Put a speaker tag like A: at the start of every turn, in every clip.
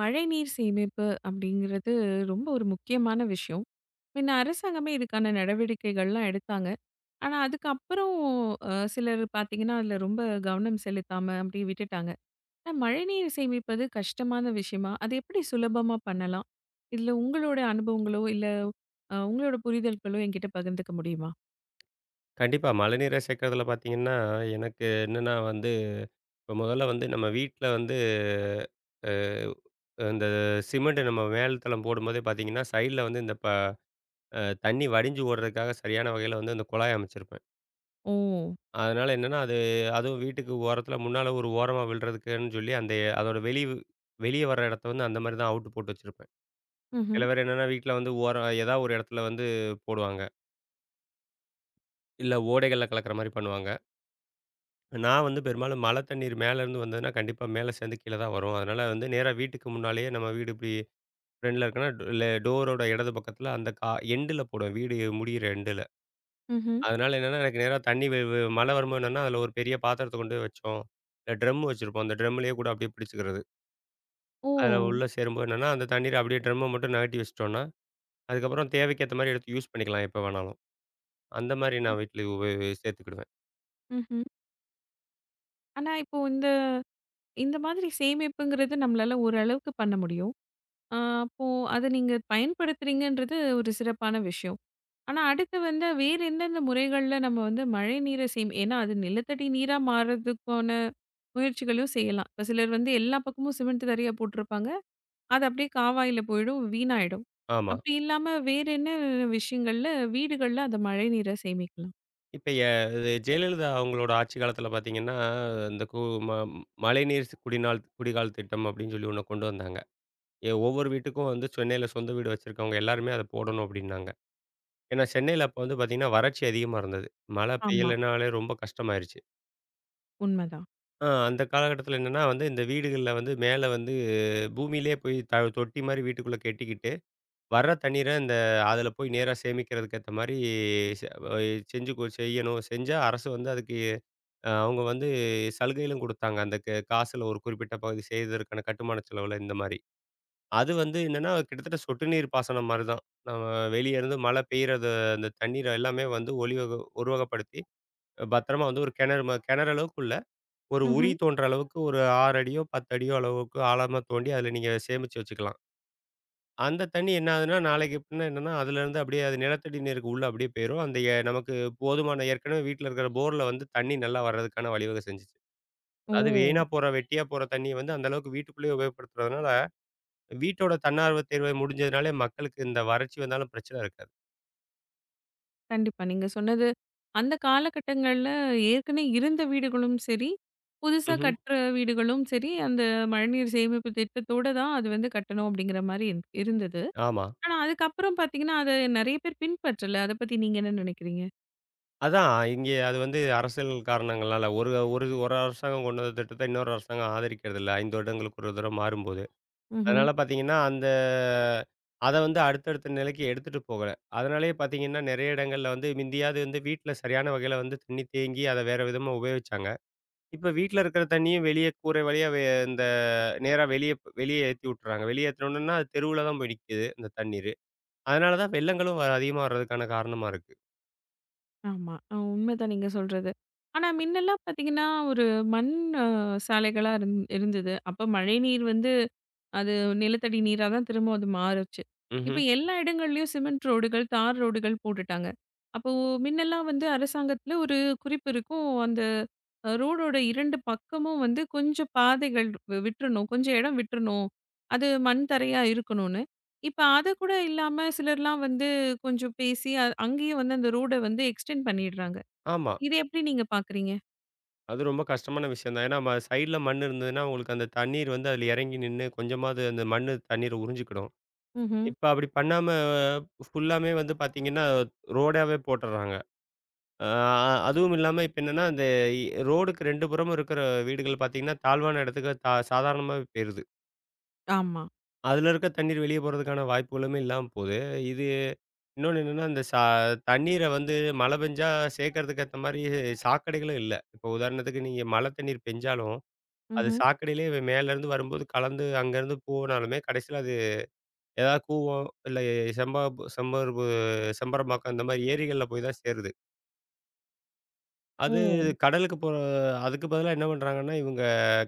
A: மழைநீர் சேமிப்பு அப்படிங்கிறது ரொம்ப ஒரு முக்கியமான விஷயம். முன்ன அரசாங்கமே இதுக்கான நடவடிக்கைகள்லாம் எடுத்தாங்க. ஆனா அதுக்கப்புறம் சிலர் பார்த்தீங்கன்னா, அதில ரொம்ப கவனம் செலுத்தாம அப்படியே விட்டுட்டாங்க. ஆனா மழைநீர் சேமிப்பது கஷ்டமான விஷயமா? அது எப்படி சுலபமா பண்ணலாம்? இதில உங்களோட அனுபவங்களோ, இல்ல உங்களோட புரிதல்களோ என்கிட்ட பகிர்ந்துக்க முடியுமா?
B: கண்டிப்பா. மழைநீர சேர்க்கிறதுல பார்த்தீங்கன்னா, எனக்கு என்னன்னா வந்து, இப்ப முதல்ல வந்து நம்ம வீட்ல வந்து இந்த சிமெண்ட் நம்ம மேல் தளம் போடும்போதே பார்த்தீங்கன்னா, சைடுல வந்து இந்த ப அ தண்ணி வடிஞ்சு ஓடுறதுக்காக சரியான வகையில வந்து அந்த குழாய் அமைச்சிருப்பேன்.
A: ஓ!
B: அதனால என்னன்னா, அதுவும் வீட்டுக்கு ஓரத்தில முன்னால ஒரு ஓரமா விழுறதுக்குன்னு சொல்லி, அதோட வெளிய வர இடத்த வந்து அந்த மாரி தான் அவுட்டு போட்டு வச்சிருப்பேன்.
A: ம்ஹ்ம்.
B: சில பேர் என்னன்னா வீட்ல வந்து ஓரம் ஏதாவது ஒரு இடத்துல வந்து போடுவாங்க. இல்ல ஓடைகள்ல கலக்கிற மாரி பண்ணுவாங்க. நான் வந்து பெரும்பாலும் மழை தண்ணீர் மேலேருந்து வந்ததுன்னா கண்டிப்பா மேல சேர்ந்து கீழ தான் வரும். அதனால வந்து நேரா வீட்டுக்கு முன்னாலேயே நம்ம வீடு இப்டி ஃப்ரண்ட்ல இருக்குன்னா ல டோரோட இடது பக்கத்துல அந்த கா எண்டுல போடுவேன். வீடு முடியிற எண்டுல.
A: ம்ஹ்ம்.
B: அதனால என்னன்னா எனக்கு நேரா தண்ணி வெ வெ மழை வரும்போது என்னன்னா அதில ஒரு பெரிய பாத்திரத்த கொண்டு போய் வச்சோம். இல்ல ட்ரம் வச்சிருப்போம். அந்த ட்ரம்லேயே கூட அப்டியே பிடிச்சுக்கிறது.
A: ஓ!
B: அதில உள்ள சேரும்போது என்னன்னா அந்த தண்ணீர அப்டியே ட்ரம்ம மட்டும் நகட்டி வச்சுட்டோம்னா, அதுக்கப்புறம் தேவைக்கேத்த மாரி எடுத்து யூஸ் பண்ணிக்கலாம் எப்ப வேணாலும். அந்த மாரி நான் வீட்ல உபயோ சேர்த்துக்கிடுவேன்.
A: ம்ஹ்ம். ஆனா இப்போ இந்த இந்த மாதிரி சேமிப்புங்கிறது நம்மளால ஓரளவுக்கு பண்ண முடியும். ஆ, அப்போ அத நீங்க பயன்படுத்துறீங்கன்றது ஒரு சிறப்பான விஷயம். ஆனா அடுத்து வந்து வேற எந்தெந்த முறைகள்ல நம்ம வந்து மழைநீரை ஏன்னா அது நிலத்தடி நீரா மாறுறதுக்கான முயற்சிகளையும் செய்யலாம். இப்ப சிலர் வந்து எல்லா பக்கமும் சிமெண்ட் தரையா போட்டிருப்பாங்க. அது அப்படியே காவாயில போயிடும், வீணாயிடும்.
B: ஆமா.
A: அப்படி இல்லாம வேற என்ன விஷயங்கள்ல வீடுகள்ல அந்த மழைநீரை சேமிக்கலாம்?
B: இப்ப இது ஜெயலலிதா அவங்களோட ஆட்சி காலத்தில பார்த்தீங்கன்னா, இந்த கு ம மழைநீர் ஸ் குடிநாள் குடிகால் திட்டம் அப்படின்னு சொல்லி ஒண்ண கொண்டு வந்தாங்க. ஒவ்வொரு வீட்டுக்கும் வந்து சென்னையில சொந்த வீடு வச்சிருக்கவங்க எல்லாருமே அத போடணும் அப்படின்னாங்க. ஏன்னா சென்னையில அப்ப வந்து பார்த்தீங்கன்னா, வறட்சி அதிகமா இருந்தது. மழை
A: ஆமா,
B: பெய்யலைனாலே ரொம்ப கஷ்டமாயிருச்சு.
A: உண்மதான்.
B: அந்த காலகட்டத்தில என்னன்னா வந்து இந்த வீடுகள்ல வந்து மேல வந்து பூமியிலேயே போய் தொட்டி மாரி வீட்டுக்குள்ள கெட்டிக்கிட்டு வர்ற தண்ணீர இந்த அதுல போய் நேரா சேமிக்கிறதுக்கு ஏத்த மாரி செ செஞ்சு செய்யணும். செஞ்சா அரசு வந்து அதுக்கு அவங்க வந்து சலுகைகளும் குடுத்தாங்க. அந்த காசுல ஒரு குறிப்பிட்ட பகுதி செய்ததற்கான கட்டுமான செலவுல இந்த மாரி. அது வந்து என்னன்னா, கிட்டத்தட்ட சொட்டு நீர் பாசனம் மாரி தான். நம்ம வெளிய இருந்து மழை பெய்யறது அந்த தண்ணீர எல்லாமே வந்து ஒலி வக உருவகப்படுத்தி பத்திரமா வந்து ஒரு கிணறு அளவுக்கு இல்ல. ஒரு உரி
A: ம்ஹ்ம்.
B: தோன்ற அளவுக்கு ஒரு 6 அடியோ, 10 அடியோ அளவுக்கு ஆழமா தோண்டி அதுல நீங்க சேமிச்சு வச்சுக்கலாம். அந்த தண்ணி என்ன ஆகுதுன்னா, நாளைக்கு பின்ன என்னன்னா, அதுலேருந்து அப்படியே அது நிலத்தடி நீருக்கு உள்ள அப்படியே போயிரும். அந்த நமக்கு போதுமான ஏற்கனவே வீட்ல இருக்கிற போர்ல வந்து தண்ணி நல்லா வர்றதுக்கான வழிவகை செஞ்சுச்சு.
A: ஓ!
B: அது வீணா போற, வெட்டியா போற தண்ணிய வந்து அந்த அளவுக்கு வீட்டுக்குள்ளேயே உபயோகப்படுத்துறதுனால, வீட்டோட தன்னார்வ தேர்வு முடிஞ்சதுனாலே மக்களுக்கு இந்த வறட்சி வந்தாலும் பிரச்சனை இருக்காது.
A: கண்டிப்பா. நீங்க சொன்னது, அந்த காலகட்டங்கள்ல ஏற்கனவே இருந்த வீடுகளும் சரி, புதுசா
B: ம்ஹ்ம்.
A: கட்டுற வீடுகளும் சரி, அந்த மழைநீர் சேமிப்பு திட்டத்தோட தான் அது வந்து கட்டணும் அப்படிங்கிற மாரி இருந்தது.
B: ஆமா.
A: ஆனா அதுக்கப்புறம் பார்த்தீங்கன்னா, அத நெறைய பேர் பின்பற்றல. அத பத்தி நீங்க என்ன நினைக்கிறீங்க?
B: அதான் இங்கே அது வந்து அரசியல் காரணங்களால ஒரு ஒரு ஒரு அரசாங்கம் கொண்டு வந்த திட்டத்த இன்னொரு அரசாங்கம் ஆதரிக்கிறதில்ல. 5 வருடங்களுக்கு ஒரு தடவ மாறும்போது.
A: ம்ஹ்ம்.
B: அதனால பார்த்தீங்கன்னா, அத வந்து அடுத்தடுத்த நிலைக்கு எடுத்துட்டு போகல. அதனாலேயே பார்த்தீங்கன்னா, நெறைய இடங்கள்ல வந்து மிந்தியாவது வந்து வீட்ல சரியான வகையில வந்து தண்ணி தேங்கி அத வேற விதமா உபயோகிச்சாங்க. இப்ப வீட்ல இருக்கிற தண்ணியும் வெளிய கூரை வழியா வே இந்த நேரா வெளிய வெளிய ஏத்தி விட்டுறாங்க. வெளிய ஏத்துனோனன்னா, அது தெருவுல தான் போய் நிக்குது அந்த தண்ணீரு. அதனால தான் வெள்ளங்களும் அதிகமா வர்றதுக்கான காரணமா இருக்கு.
A: ஆமா. உண்மைதான் நீங்க சொல்றது. ஆனா முன்னெல்லாம் பார்த்தீங்கன்னா, ஒரு மண் அ சாலைகளா இருந்தது. அப்ப மழைநீர் வந்து அது நிலத்தடி நீரா தான் திரும்ப அது மாறுச்சு. இப்ப
B: ம்ஹ்ம்.
A: எல்லா இடங்கள்லயும் சிமெண்ட் ரோடுகள், தார் ரோடுகள் போட்டுட்டாங்க. அப்போ முன்னெல்லாம் வந்து அரசாங்கத்துல ஒரு குறிப்பு இருக்கும். அந்த ரோடோட 2 பக்கமும் வந்து கொஞ்சம் பாதைகள் விட்டுறணும். கொஞ்சம் இடம் விட்டுறணும். அது மண் தரையா இருக்கணும்னு. இப்ப அது கூட இல்லாம சிலர்லாம் வந்து கொஞ்சம் பேசி அங்கேயே வந்து அந்த ரோட வந்து எக்ஸ்டெண்ட் பண்ணிடுறாங்க.
B: ஆமா.
A: இத எப்படி நீங்க பாக்குறீங்க?
B: அது ரொம்ப கஷ்டமான விஷயம் தான். ஏன்னா, சைடுல மண் இருந்ததுன்னா, உங்களுக்கு அந்த தண்ணீர் வந்து அதுல இறங்கி நின்னு கொஞ்சமாவது அந்த மண்ணு தண்ணீர உறிஞ்சிக்கிடும்.
A: ம்ஹ்ம்.
B: இப்ப அப்படி பண்ணாம ஃபுல்லாமே வந்து பார்த்தீங்கன்னா, ரோடாவே போட்டுர்றாங்க. அ அதுவும் இல்லாம இப்ப என்னன்னா, அந்த ரோடுக்கு 2 புறமும் இருக்கிற வீடுகள் பார்த்தீங்கன்னா, தாழ்வான இடத்துக்கு தா சாதாரணமாவே போயிருது.
A: ஆமா.
B: அதுல இருக்க தண்ணீர் வெளியே போறதுக்கான வாய்ப்புகளுமே இல்லாம போது. இது இன்னொன்னு என்னன்னா, இந்த ச தண்ணீர வந்து மழை பெஞ்சா சேர்க்கறதுக்கு ஏத்த மாரி சாக்கடைகளும் இல்ல. இப்போ உதாரணத்துக்கு நீங்க மழை தண்ணீர் பெஞ்சாலும், அது
A: ம்ஹ்ம்.
B: சாக்கடையிலேயே மேலருந்து வரும்போது கலந்து அங்கருந்து போனாலுமே கடைசியில ஏதாவது கூவம், இல்ல செம்பா- செம்பருப்பு செம்பரம்பாக்கம் இந்த மாதிரி ஏரிகள்ல போய் தான் சேருது.
A: ஓ!
B: அது கடலுக்கு போற அதுக்கு பதிலா என்ன பண்றாங்கன்னா, இவங்க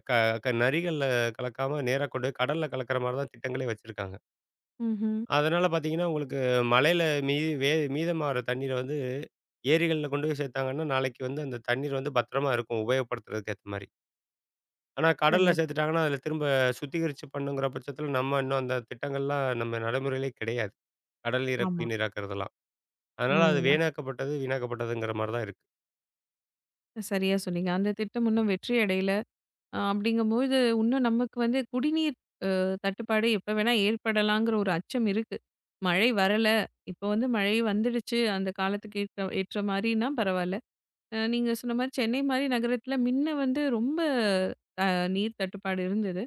B: க க நதிகள்ல கலக்காம நேரா கொண்டு போய் கடல்ல கலக்கிற மாரி தான் திட்டங்களே வச்சிருக்காங்க.
A: ம்ஹ்ம்.
B: அதனால பார்த்தீங்கன்னா, உங்களுக்கு மலையில மீ வே மீதமாகுற தண்ணீர வந்து ஏரிகள்ல கொண்டு போய் சேர்த்தாங்கன்னா, நாளைக்கு வந்து அந்த தண்ணீர் வந்து பத்திரமா இருக்கும் உபயோகப்படுத்துறதுக்கு ஏத்த மாரி. ஆனா கடல்ல
A: சரியா,
B: சேர்த்துட்டாங்கன்னா, அதில திரும்ப சுத்திகரிச்சு பண்ணுங்கிற பட்சத்தில நம்ம இன்னும் அந்த திட்டங்கள்லாம் நம்ம நடைமுறையிலே கிடையாது. கடல் நீரை
A: ஆமா.
B: குடிநீராக்குறதெல்லாம். அதனால அது
A: ம்.
B: வீணாக்கப்பட்டது வீணாக்கப்பட்டதுங்கிற மாரி தான் இருக்கு.
A: சரியா சொன்னீங்க. அந்த திட்டம் இன்னும் வெற்றி அடையல. அப்படிங்கும்போது, இன்னும் நமக்கு வந்து குடிநீர் தட்டுப்பாடு எப்ப வேணா ஏற்படலாங்கிற ஒரு அச்சம் இருக்கு. மழை வரல, இப்போ வந்து மழை வந்துடுச்சு, அந்த காலத்துக்கு ஏற்ற ஏற்ற மாரின்னா பரவால்ல. நீங்க சொன்ன மாரி சென்னை மாரி நகரத்தில முன்ன வந்து ரொம்ப நீர் தட்டுப்பாடு இருந்தது.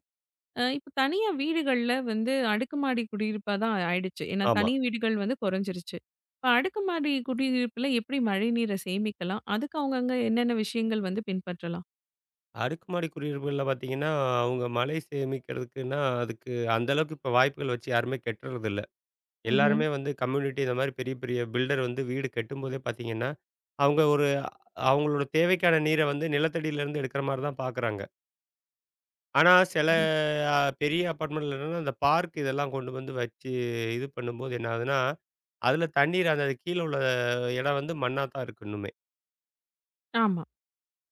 A: இப்போ தனியா வீடுகள்ல வந்து அடுக்குமாடி குடியிருப்பா தான் ஆயிடுச்சு. ஏன்னா
B: ஆமா.
A: தனி வீடுகள் வந்து குறைஞ்சிருச்சு. இப்போ அடுக்குமாடி குடியிருப்புல எப்படி மழைநீரை சேமிக்கலாம்? அதுக்கு அவங்கவங்க என்னென்ன விஷயங்கள் வந்து பின்பற்றலாம்?
B: அடுக்குமாடி குடியிருப்புகள்ல பார்த்தீங்கன்னா, அவங்க மழை சேமிக்கிறதுக்குன்னா, அதுக்கு அந்த அளவுக்கு இப்ப வாய்ப்புகள் வச்சு யாருமே கெட்டுறது இல்ல.
A: ம்ஹ்ம்.
B: எல்லாருமே வந்து கம்யூனிட்டி இந்த மாரி பெரிய பெரிய பில்டர் வந்து வீடு கெட்டும்போதே பார்த்தீங்கன்னா, அவங்க ஒரு அவங்களோட தேவைக்கான நீர வந்து நிலத்தடியிலேருந்து எடுக்கிற மாரி தான் பார்க்குறாங்க. ஆனா சில
A: ம்.
B: அ பெரிய அபார்ட்மெண்ட்ல என்னன்னா, அந்த பார்க் இதெல்லாம் கொண்டு வந்து வச்சு இது பண்ணும்போது என்ன ஆகுதுன்னா, அதில தண்ணீர் அந்த கீழ உள்ள இடம் வந்து மண்ணா தான் இருக்கு இன்னுமே.
A: ஆமா.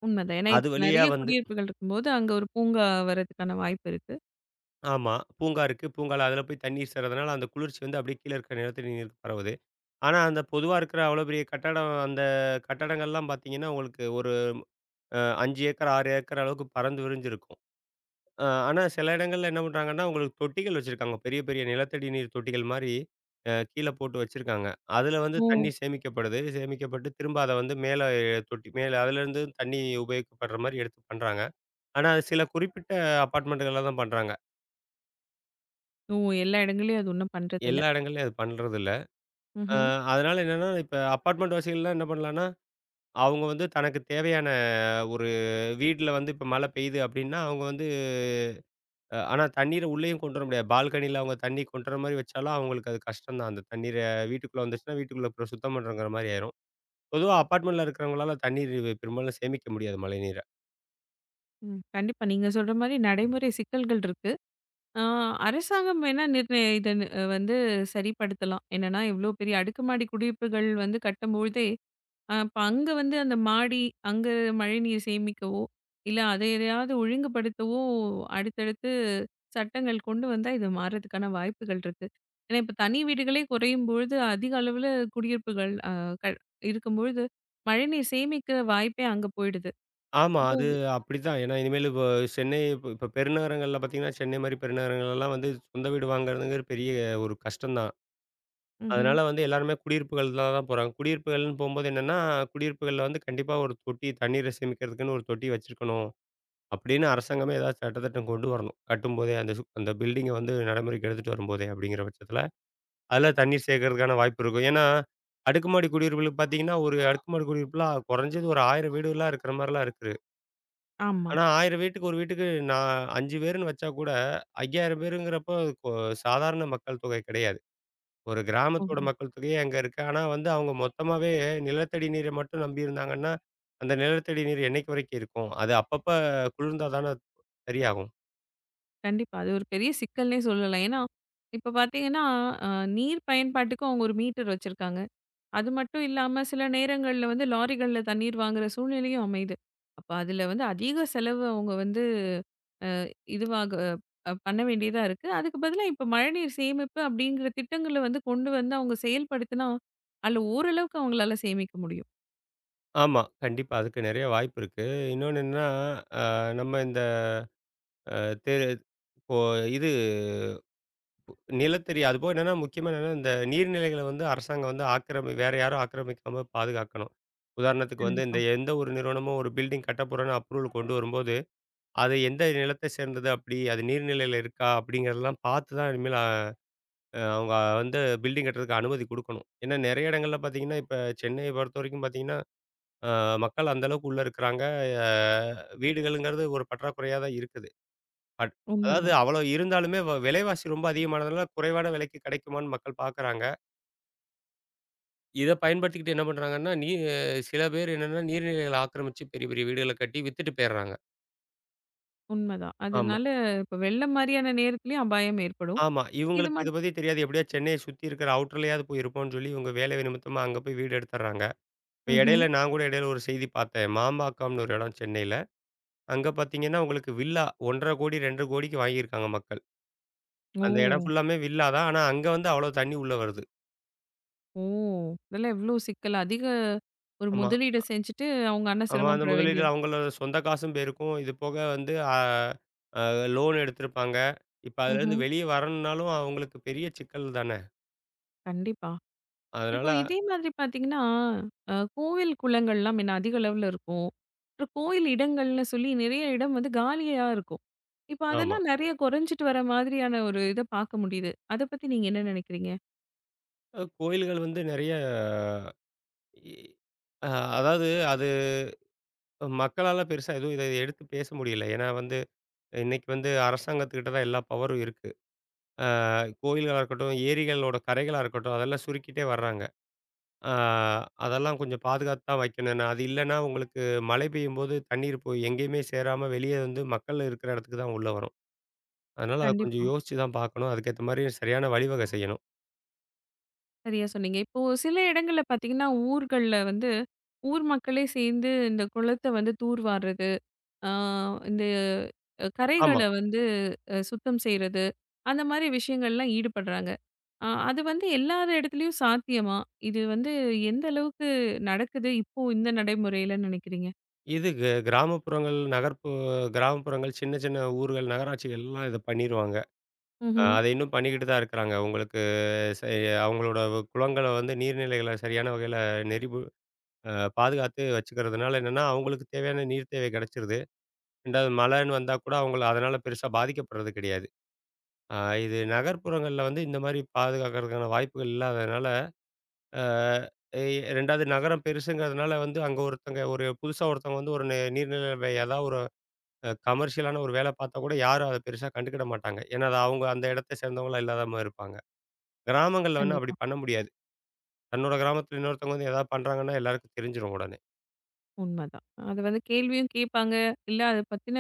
A: உண்மதான். ஏன்னா
B: அது வழியா
A: நெறைய
B: வந்து
A: குடியிருப்புகள் இருக்கும்போது, அங்க ஒரு பூங்கா வரதுக்கான வாய்ப்பு இருக்கு.
B: ஆமா. பூங்கா இருக்கு. பூங்கால அதில போய் தண்ணீர் சேர்றதுனால, அந்த குளிர்ச்சி வந்து அப்படியே கீழ இருக்கிற நிலத்தடி நீருக்கு பரவுது. ஆனா, அந்த பொதுவா இருக்கிற அவ்வளோ பெரிய கட்டடம் அந்த கட்டடங்கள்லாம் பார்த்தீங்கன்னா, உங்களுக்கு ஒரு அ 5 ஏக்கர், 6 ஏக்கர் அளவுக்கு பறந்து விரிஞ்சிருக்கும். அ ஆனா சில இடங்கள்ல என்ன பண்றாங்கன்னா, உங்களுக்கு தொட்டிகள் வச்சிருக்காங்க. பெரிய, பெரிய நிலத்தடி நீர் தொட்டிகள் மாரி கீழ போட்டு வச்சிருக்காங்க. அதில வந்து தண்ணி
A: ஓ!
B: சேமிக்கப்படுது. சேமிக்கப்பட்டு திரும்ப அத வந்து மேல தொட்டி மேல அதிலேருந்து தண்ணி உபயோகிக்கப்படுற மாரி எடுத்து பண்றாங்க. ஆனா, அது சில குறிப்பிட்ட அபார்ட்மெண்ட்டுகள்ல தான் பண்றாங்க.
A: ஓ! எல்லா இடங்கள்லயும் அது ஒண்ணும் பண்றதில்ல.
B: எல்லா இடங்கள்லயும் அது பண்றதில்ல. அ
A: ம்ஹ்ம்.
B: அதனால என்னன்னா, இப்ப அபார்ட்மெண்ட் வாசிகள்லாம் என்ன பண்ணலான்னா, அவங்க வந்து தனக்கு தேவையான ஒரு வீட்ல வந்து இப்ப மழை பெய்யுது அப்டின்னா, அவங்க வந்து ஆனா தண்ணீர உள்ளேயும் கொண்டு வர முடியாது. பால்கனியில அவங்க தண்ணி கொண்டு வர மாரி வச்சாலும் அவங்களுக்கு அது கஷ்டம் தான். அந்த தண்ணீர வீட்டுக்குள்ள வந்துச்சுன்னா, வீட்டுக்குள்ள அப்புறம் சுத்தம் பண்றங்கிற மாரி ஆயிரும். பொதுவா அபார்ட்மெண்ட்ல இருக்கிறவங்களால தண்ணீர் வி- பெரும்பாலும் சேமிக்க முடியாது மழைநீர.
A: ம். கண்டிப்பா நீங்க சொல்ற மாரி நடைமுறை சிக்கல்கள் இருக்கு. ஆ, அரசாங்கம் வேணா நிர்ண இத நி வந்து சரிப்படுத்தலாம். என்னன்னா, இவ்ளோ பெரிய அடுக்குமாடி குடியிருப்புகள் வந்து கட்டும்பொழுதே அப்ப அங்க வந்து அந்த மாடி, அங்க மழைநீர் சேமிக்கவோ, இல்ல அத எதையாவது ஒழுங்குபடுத்தவோ, அடுத்தடுத்து சட்டங்கள் கொண்டு வந்தா இது மாறதுக்கான வாய்ப்புகள் இருக்கு. ஏன்னா இப்ப தனி வீடுகளே குறையும் பொழுது, அதிக அளவுல குடியிருப்புகள் அ க இருக்கும்பொழுது, மழைநீர் சேமிக்கிற வாய்ப்பே அங்க போயிடுது.
B: ஆமா,
A: அப்போ
B: அது அப்படித்தான். ஏன்னா இனிமேல் இப்ப சென்னை இப்ப இப்ப பெருநகரங்கள்ல பார்த்தீங்கன்னா, சென்னை மாரி பெருநகரங்கள்லலாம் வந்து சொந்த வீடு வாங்குறதுங்கிற பெரிய ஒரு கஷ்டம் தான்.
A: ம்ஹ்ம்.
B: அதனால வந்து எல்லாருமே குடியிருப்புகள்ல தான் போறாங்க. குடியிருப்புகள்னு போம்போது என்னன்னா, குடியிருப்புகள்ல வந்து கண்டிப்பா ஒரு தொட்டி தண்ணீர சேமிக்கிறதுக்குன்னு ஒரு தொட்டி வச்சிருக்கணும். அப்படின்னு அரசாங்கமே ஏதாவது சட்டத்திட்டம் கொண்டு வரணும். கட்டும்போதே அந்த பில்டிங்க வந்து நடைமுறைக்கு எடுத்துட்டு வரும்போதே அப்படிங்கிற பட்சத்தில, அதில தண்ணீர் சேர்க்கறதுக்கான வாய்ப்பு இருக்கும். ஏன்னா, அடுக்குமாடி குடியிருப்புகளுக்கு பார்த்தீங்கன்னா, ஒரு அடுக்குமாடி குடியிருப்புலாம் குறைஞ்சது ஒரு 1000 வீடுலாம் இருக்கிற மாரிலாம் இருக்குது.
A: ஆமா.
B: ஆனா 1000 வீட்டுக்கு ஒரு வீட்டுக்கு நான் 5 பேருன்னு வச்சா கூட 5000 பேருங்கிறப்போ அது கொ சாதாரண மக்கள் தொகை கிடையாது. ஒரு கிராமத்தோட
A: உண்ம.
B: மக்கள் தொகையே அங்க இருக்கு. ஆனா வந்து அவங்க மொத்தமாவே நிலத்தடி நீரை மட்டும் நம்பி இருந்தாங்கன்னா, அந்த நிலத்தடி நீர் என்னைக்கு வரைக்கும் இருக்கும்? அது அப்பப்ப குளிர்ந்தா தானே சரியாகும்.
A: கண்டிப்பா. அது ஒரு பெரிய சிக்கல்னே சொல்லலாம். ஏன்னா, இப்ப பார்த்தீங்கன்னா, அ நீர் பயன்பாட்டுக்கு அவங்க 1 மீட்டர் வச்சிருக்காங்க. அது மட்டும் இல்லாம சில நேரங்கள்ல வந்து லாரிகள்ல தண்ணீர் வாங்குற சூழ்நிலையும் அமையுது. அப்ப அதுல வந்து அதிக செலவு அவங்க வந்து இதுவாக பண்ண வேண்டியதா இருக்கு. அதுக்கு பதிலா இப்ப மழைநீர் சேமிப்பு அப்படிங்கிற திட்டங்கள வந்து கொண்டு வந்து அவங்க செயல்படுத்தினா, அதுல ஓரளவுக்கு அவங்களால சேமிக்க முடியும்.
B: ஆமா. கண்டிப்பா. அதுக்கு நெறைய வாய்ப்பு இருக்கு. இன்னொன்னு என்னன்னா, அ நம்ம இந்த அ தெ இப்போ இது நிலத்தடி அதுபோக என்னன்னா முக்கியமா என்னன்னா, இந்த நீர்நிலைகள வந்து அரசாங்கம் வந்து வேற யாரும் ஆக்கிரமிக்காம பாதுகாக்கணும். உதாரணத்துக்கு வந்து இந்த
A: கண்டிப்பா.
B: எந்த ஒரு நிறுவனமும் ஒரு பில்டிங் கட்டப்போறோன்னு அப்ரூவல் கொண்டு வரும்போது அது எந்த நிலத்தை சேர்ந்தது அப்படி, அது நீர்நிலையில இருக்கா? அப்படிங்கிறதெல்லாம் பார்த்து தான் இனிமேல் அவங்க வந்து பில்டிங் கட்டுறதுக்கு அனுமதி குடுக்கணும். ஏன்னா நெறைய இடங்கள்ல பார்த்தீங்கன்னா, இப்ப சென்னைய பொறுத்தவரைக்கும் பார்த்தீங்கன்னா, அ மக்கள் அந்த அளவுக்கு உள்ள இருக்கிறாங்க. அ வீடுகள்ங்கிறது ஒரு பற்றாக்குறையா தான் இருக்குது. பட் அதாவது
A: உண்மதான்,
B: அவ்வளோ இருந்தாலுமே விலைவாசி ரொம்ப அதிகமானதுனால குறைவான விலைக்கு கிடைக்குமான்னு மக்கள் பார்க்குறாங்க. இத பயன்படுத்திக்கிட்டு என்ன பண்றாங்கன்னா, சில பேர் என்னன்னா நீர்நிலைகள ஆக்கிரமிச்சு பெரிய பெரிய வீடுகள கட்டி வித்துட்டு போயிர்றாங்க.
A: உண்மதான்.
B: ஆமா.
A: அதனால இப்ப வெள்ளம் மாரியான நேரத்திலயும் அபாயம் ஏற்படும்.
B: ஆமா.
A: இது
B: இவங்களுக்கு இத
A: மட்
B: பத்தி தெரியாது. எப்படியோ சென்னைய சுத்தி இருக்கிற அவுட்டர்லயாவது போய் இருப்போம்னு சொல்லி, இவங்க வேலை நிமித்தமா அங்க போய் வீடு எடுத்துர்றாங்க. இப்ப
A: ம்ஹ்ம்.
B: நான் கூட இடையில ஒரு செய்தி பார்த்தேன். மாம்பாக்கம்னு ஒரு இடம் சென்னையில. அங்க பார்த்தீங்கன்னா, உங்களுக்கு வில்லா 1,50,00,000 2,00,00,000க்கு வாங்கியிருக்காங்க மக்கள்.
A: ஓ!
B: அந்த இடம் ஃபுல்லாமே வில்லா தான். ஆனா அங்க வந்து அவ்வளோ தண்ணி உள்ள வருது.
A: ஓ! இதெல்லாம் எவ்ளோ சிக்கல். அதிக ஒரு
B: ஆமா.
A: முதலீடு செஞ்சுட்டு அவங்க அண்ணன்
B: ஆமா. அந்த
A: சிரமப்பட
B: முதலீடு
A: வேண்டியது.
B: அவங்களோட சொந்த காசும் போயிருக்கும். இது போக வந்து அ அ லோன் எடுத்திருப்பாங்க. இப்ப அதுலேருந்து
A: ம்ஹ்ம்.
B: வெளிய வரணும்னாலும் அவங்களுக்கு பெரிய சிக்கல் தானே!
A: கண்டிப்பா. இப்போ
B: அதனால
A: இதே மாதிரி பார்த்தீங்கன்னா, கோவில், குளங்கள்லாம் முன்ன அதிக அளவுல இருக்கும். அப்புறம் கோயில் இடங்கள்னு சொல்லி நிறைய இடம் வந்து காலியா இருக்கும். இப்ப
B: ஆமா.
A: அதெல்லாம் நெறைய குறைஞ்சிட்டு வர மாதிரியான ஒரு இத பார்க்க முடியுது. அத பத்தி நீங்க என்ன நினைக்கிறீங்க?
B: கோயில்கள் வந்து நெறைய இ அ அதாவது அது மக்களால பெருசா எதுவும் இத எடுத்து பேச முடியல. ஏன்னா வந்து இன்னைக்கு வந்து அரசாங்கத்துக்கிட்ட தான் எல்லா பவரும் இருக்கு. கோயில்களா இருக்கட்டும், ஏரிகளோட கரைகளா இருக்கட்டும், அதெல்லாம் சுருக்கிட்டே வர்றாங்க. அ அதெல்லாம் கொஞ்சம் பாதுகாத்து தான் வைக்கணும். ஏன்னா அது இல்லன்னா உங்களுக்கு மழை பெய்யும்போது தண்ணீர் போய் எங்கேயுமே சேராம வெளியே வந்து மக்கள் இருக்கிற இடத்துக்கு தான் உள்ள வரும். அதனால அத கொஞ்சம்
A: கண்டிப்பா.
B: யோசிச்சு தான் பார்க்கணும். அதுக்கேத்த மாரி சரியான வழிவகை செய்யணும்.
A: சரியா சொன்னீங்க. இப்போ சில இடங்கள்ல பார்த்தீங்கன்னா, ஊர்கள்ல வந்து ஊர் மக்களே சேர்ந்து இந்த குளத்த வந்து தூர்வார்றது, ஆ இந்த
B: ஆமா.
A: கரைகள வந்து சுத்தம் செய்றது, அந்த மாரி விஷயங்கள்லாம் ஈடுபடுறாங்க. அது வந்து எல்லார் இடத்துலயும் சாத்தியமா? இது வந்து எந்த அளவுக்கு நடக்குது இப்போ இந்த நடைமுறையில நினைக்கிறீங்க?
B: இது கிராமப்புறங்கள், கிராமப்புறங்கள், சின்ன சின்ன ஊர்கள், நகராட்சிகள்லாம் இத பண்ணிருவாங்க. அ
A: ம்ஹ்ம்.
B: அத இன்னும் பண்ணிக்கிட்டு தான் இருக்கிறாங்க. உங்களுக்கு செ அவங்களோட குளங்கள வந்து நீர்நிலைகள சரியான வகையில நெறிவு அ பாதுகாத்து வச்சுக்கிறதுனால என்னன்னா, அவங்களுக்கு தேவையான நீர் தேவை கிடைச்சிருது. 2வது மழைன்னு வந்தா கூட அவங்கள அதனால பெருசா பாதிக்கப்படுறது கிடையாது. அ இது நகர்ப்புறங்கள்ல வந்து இந்த மாரி பாதுகாக்கிறதுக்கான வாய்ப்புகள் இல்லாததுனால, அ எ 2வது நகரம் பெருசுங்கிறதுனால வந்து அங்க ஒருத்தங்க ஒரு புதுசா ஒருத்தவங்க வந்து ஒரு நீர்நிலை ஏதாவது ஒரு கமர்ஷியலான ஒரு வேலை பார்த்தா கூட யாரும் அத பெருசா கண்டுக்கிட மாட்டாங்க. ஏன்னா, அது அவங்க அந்த இடத்த சேர்ந்தவங்களா இல்லாதமா இருப்பாங்க. கிராமங்கள்ல வேணா அப்படி
A: கண்டிப்பா.
B: பண்ண முடியாது. தன்னோட கிராமத்துல இன்னொருத்தவங்க வந்து ஏதாவது பண்றாங்கன்னா, எல்லாருக்கும் தெரிஞ்சிரும் உடனே.
A: உண்மதான். அது வந்து கேள்வியும் கேட்பாங்க. இல்ல அத பத்தின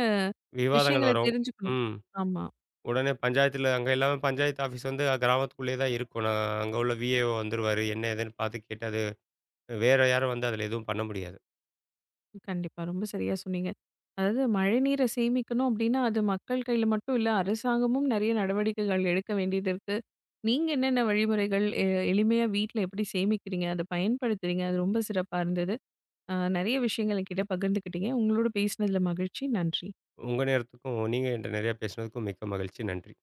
B: விவாதங்கள்
A: விஷயங்கள
B: வரும்.
A: தெரிஞ்சுக்கணும்.
B: ம்.
A: ஆமா.
B: உடனே பஞ்சாயத்துல அங்க எல்லாமே பஞ்சாயத்து ஆஃபீஸ் வந்து கிராமத்துக்குள்ளேயே தான் இருக்கும். நான் அங்க உள்ள விஏஓ வந்துருவாரு. என்ன ஏதுன்னு பார்த்து கேட்டு அது வேற யாரும் வந்து அதுல எதுவும் பண்ண முடியாது.
A: கண்டிப்பா. ரொம்ப சரியா சொன்னீங்க. அதாவது மழைநீரை சேமிக்கணும் அப்படின்னா, அது மக்கள் கையில மட்டும் இல்ல, அரசாங்கமும் நெறைய நடவடிக்கைகள் எடுக்க வேண்டியது இருக்கு. நீங்க என்னென்ன வழிமுறைகள் எளிமையா வீட்ல எப்படி சேமிக்கிறீங்க? அத பயன்படுத்துறீங்க? அது ரொம்ப சிறப்பா இருந்தது. நெறைய விஷயங்கள் என்கிட்ட பகிர்ந்துக்கிட்டீங்க. உங்களோட பேசினதுல மகிழ்ச்சி. நன்றி.
B: உங்க நேரத்துக்கும், நீங்க என்ட்ட நெறைய பேசினதுக்கும் மிக்க மகிழ்ச்சி. நன்றி.